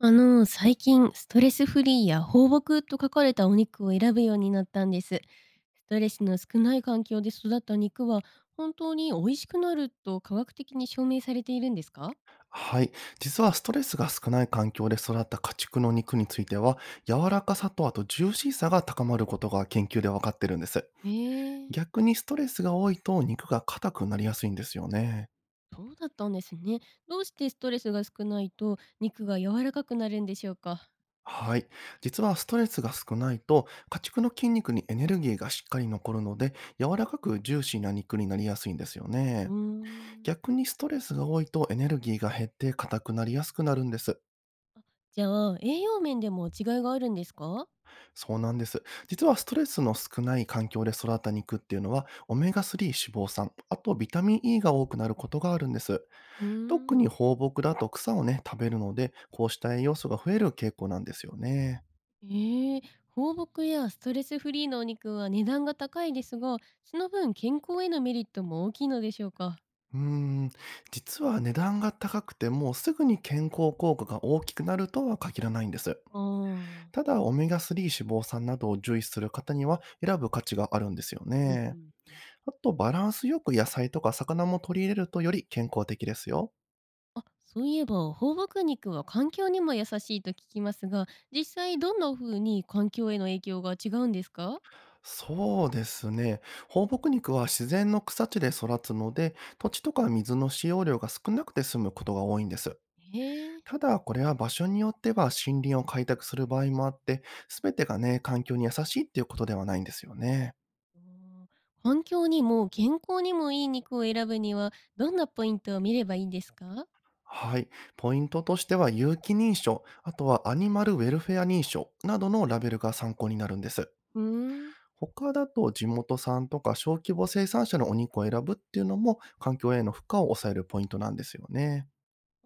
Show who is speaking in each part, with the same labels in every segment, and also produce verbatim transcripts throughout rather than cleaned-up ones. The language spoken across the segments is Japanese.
Speaker 1: あの、最近、ストレスフリーや放牧と書かれたお肉を選ぶようになったんです。ストレスの少ない環境で育った肉は、本当に美味しくなると科学的に証明されているんですか？
Speaker 2: はい。実はストレスが少ない環境で育った家畜の肉については、柔らかさとあとジューシーさが高まることが研究で分かってるんです。
Speaker 1: ええ、
Speaker 2: 逆にストレスが多いと肉が硬くなりやすいんですよね。
Speaker 1: そうだったんですね。どうしてストレスが少ないと肉が柔らかくなるんでしょうか？
Speaker 2: はい。実はストレスが少ないと、家畜の筋肉にエネルギーがしっかり残るので、柔らかくジューシーな肉になりやすいんですよ
Speaker 1: うー
Speaker 2: ね。
Speaker 1: ん。
Speaker 2: 逆にストレスが多いとエネルギーが減って硬くなりやすくなるんです。
Speaker 1: じゃあ、栄養面でも違いがあるんですか？
Speaker 2: そうなんです。実はストレスの少ない環境で育った肉っていうのは、オメガスリー脂肪酸、あとビタミン E が多くなることがあるんです。
Speaker 1: うー
Speaker 2: 特
Speaker 1: ん。
Speaker 2: に放牧だと草をね、食べるので、こうした栄養素が増える傾向なんですよね。
Speaker 1: ええ、放牧やストレスフリーのお肉は値段が高いですが、その分健康へのメリットも大きいのでしょうか。
Speaker 2: うーん、実は値段が高くてもすぐに健康効果が大きくなるとは限らないんです。
Speaker 1: ああ、
Speaker 2: ただ、オメガスリー脂肪酸などを重視する方には選ぶ価値があるんですよ
Speaker 1: うんう
Speaker 2: ね。
Speaker 1: ん。
Speaker 2: あと、バランスよく野菜とか魚も取り入れるとより健康的ですよ。
Speaker 1: あ、そういえば放牧肉は環境にも優しいと聞きますが、実際どんな風に環境への影響が違うんですか？
Speaker 2: そうですね。放牧肉は自然の草地で育つので、土地とか水の使用量が少なくて済むことが多いんです。
Speaker 1: ええ、
Speaker 2: ただ、これは場所によっては森林を開拓する場合もあって、すべてがね、環境に優しいっていうことではないんですよね。
Speaker 1: あー、環境にも健康にもいい肉を選ぶにはどんなポイントを見ればいいんですか？
Speaker 2: はい。ポイントとしては、有機認証、あとはアニマルウェルフェア認証などのラベルが参考になるんです。
Speaker 1: うーん。
Speaker 2: 他だと地元産とか小規模生産者のお肉を選ぶっていうのも環境への負荷を抑えるポイントなんですよね。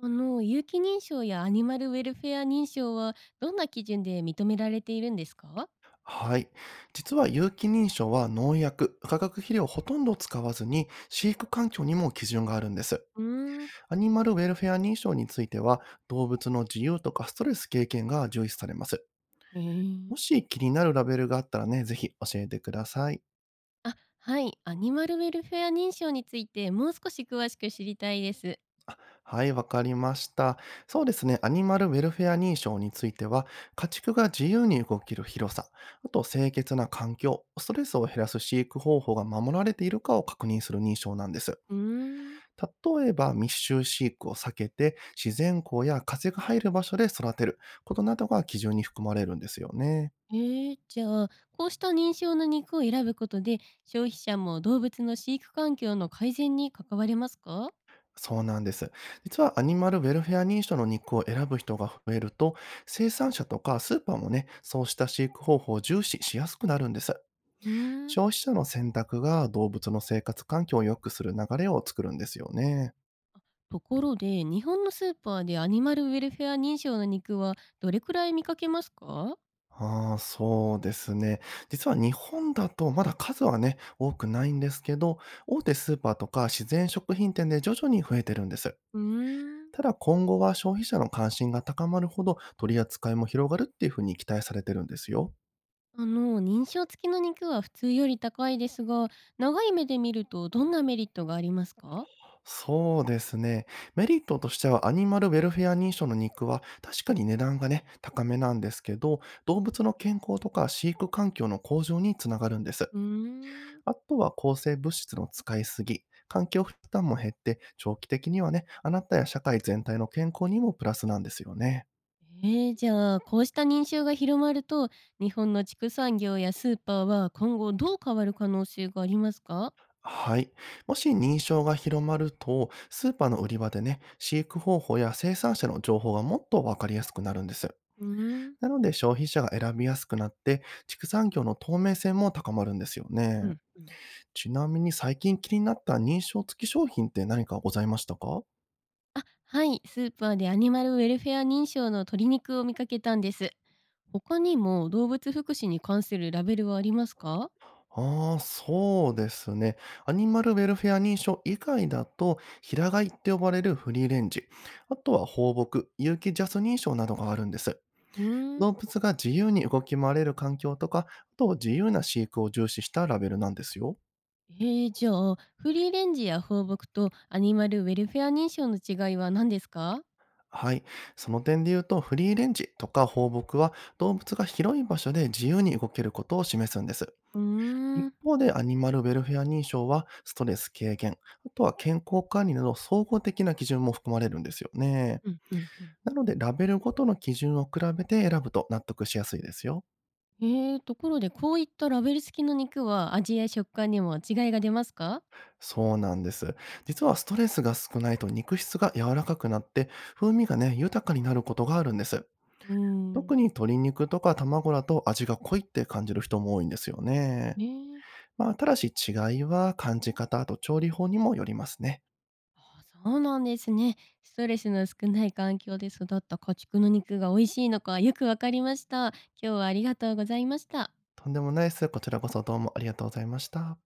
Speaker 1: あの、有機認証やアニマルウェルフェア認証はどんな基準で認められているんですか？
Speaker 2: はい。実は有機認証は農薬、化学肥料をほとんど使わずに飼育環境にも基準があるんです。
Speaker 1: うーん。
Speaker 2: アニマルウェルフェア認証については、動物の自由とかストレス経験が重視されます。
Speaker 1: へえ。
Speaker 2: もし気になるラベルがあったらね、ぜひ教えてください。
Speaker 1: あ、はい。アニマルウェルフェア認証についてもう少し詳しく知りたいです。
Speaker 2: はい、わかりました。そうですね、アニマルウェルフェア認証については、家畜が自由に動ける広さ、あと清潔な環境、ストレスを減らす飼育方法が守られているかを確認する認証なんです。
Speaker 1: うーん。
Speaker 2: 例えば密集飼育を避けて自然光や風が入る場所で育てることなどが基準に含まれるんですよね。
Speaker 1: えー、じゃあ、こうした認証の肉を選ぶことで消費者も動物の飼育環境の改善に関われますか？
Speaker 2: そうなんです。実はアニマルウェルフェア認証の肉を選ぶ人が増えると、生産者とかスーパーもね、そうした飼育方法を重視しやすくなるんです。
Speaker 1: うーん。
Speaker 2: 消費者の選択が動物の生活環境を良くする流れを作るんですよね。
Speaker 1: ところで、日本のスーパーでアニマルウェルフェア認証の肉はどれくらい見かけますか？
Speaker 2: ああ、そうですね。実は日本だとまだ数はね、多くないんですけど、大手スーパーとか自然食品店で徐々に増えてるんです。
Speaker 1: うーん。
Speaker 2: ただ、今後は消費者の関心が高まるほど取り扱いも広がるっていうふうに期待されてるんですよ。
Speaker 1: あの、認証付きの肉は普通より高いですが、長い目で見るとどんなメリットがありますか？
Speaker 2: そうですね。メリットとしてはアニマルウェルフェア認証の肉は確かに値段がね、高めなんですけど、動物の健康とか飼育環境の向上につながるんです。
Speaker 1: うーん。
Speaker 2: あとは抗生物質の使いすぎ、環境負担も減って、長期的にはね、あなたや社会全体の健康にもプラスなんですよね。
Speaker 1: えー、じゃあ、こうした認証が広まると、日本の畜産業やスーパーは今後どう変わる可能性がありますか？
Speaker 2: はい。もし認証が広まると、スーパーの売り場でね、飼育方法や生産者の情報がもっとわかりやすくなるんです。
Speaker 1: うーん。
Speaker 2: なので、消費者が選びやすくなって、畜産業の透明性も高まるんですよ
Speaker 1: うん、
Speaker 2: ね。
Speaker 1: うん。
Speaker 2: ちなみに最近気になった認証付き商品って何かございましたか？
Speaker 1: あ、はい、スーパーでアニマルウェルフェア認証の鶏肉を見かけたんです。他にも動物福祉に関するラベルはありますか？
Speaker 2: ああ、そうですね。アニマルウェルフェア認証以外だと、平飼いって呼ばれるフリーレンジ、あとは放牧、有機ジャス認証などがあるんです。
Speaker 1: うーん。
Speaker 2: 動物が自由に動き回れる環境とか、あと自由な飼育を重視したラベルなんですよ。
Speaker 1: ええ、じゃあ、フリーレンジや放牧とアニマルウェルフェア認証の違いは何ですか？
Speaker 2: はい。その点で言うと、フリーレンジとか放牧は動物が広い場所で自由に動けることを示すんです。
Speaker 1: うー
Speaker 2: 一
Speaker 1: ん、
Speaker 2: 方でアニマルウェルフェア認証は、ストレス軽減、あとは健康管理など総合的な基準も含まれるんですよね。
Speaker 1: うんうんうん。
Speaker 2: なので、ラベルごとの基準を比べて選ぶと納得しやすいですよ。
Speaker 1: ええ、ところでこういったラベル付きの肉は味や食感にも違いが出ますか？
Speaker 2: そうなんです。実はストレスが少ないと肉質が柔らかくなって、風味がね、豊かになることがあるんです。
Speaker 1: うーん、
Speaker 2: 特に鶏肉とか卵だと味が濃いって感じる人も多いんですよね。
Speaker 1: ねえ。
Speaker 2: まあ、ただし違いは感じ方と調理法にもよりますね。
Speaker 1: あ、そうなんですね。ストレスの少ない環境で育った家畜の肉が美味しいのかよくわかりました。今日はありがとうございました。
Speaker 2: とんでもないです。こちらこそどうもありがとうございました。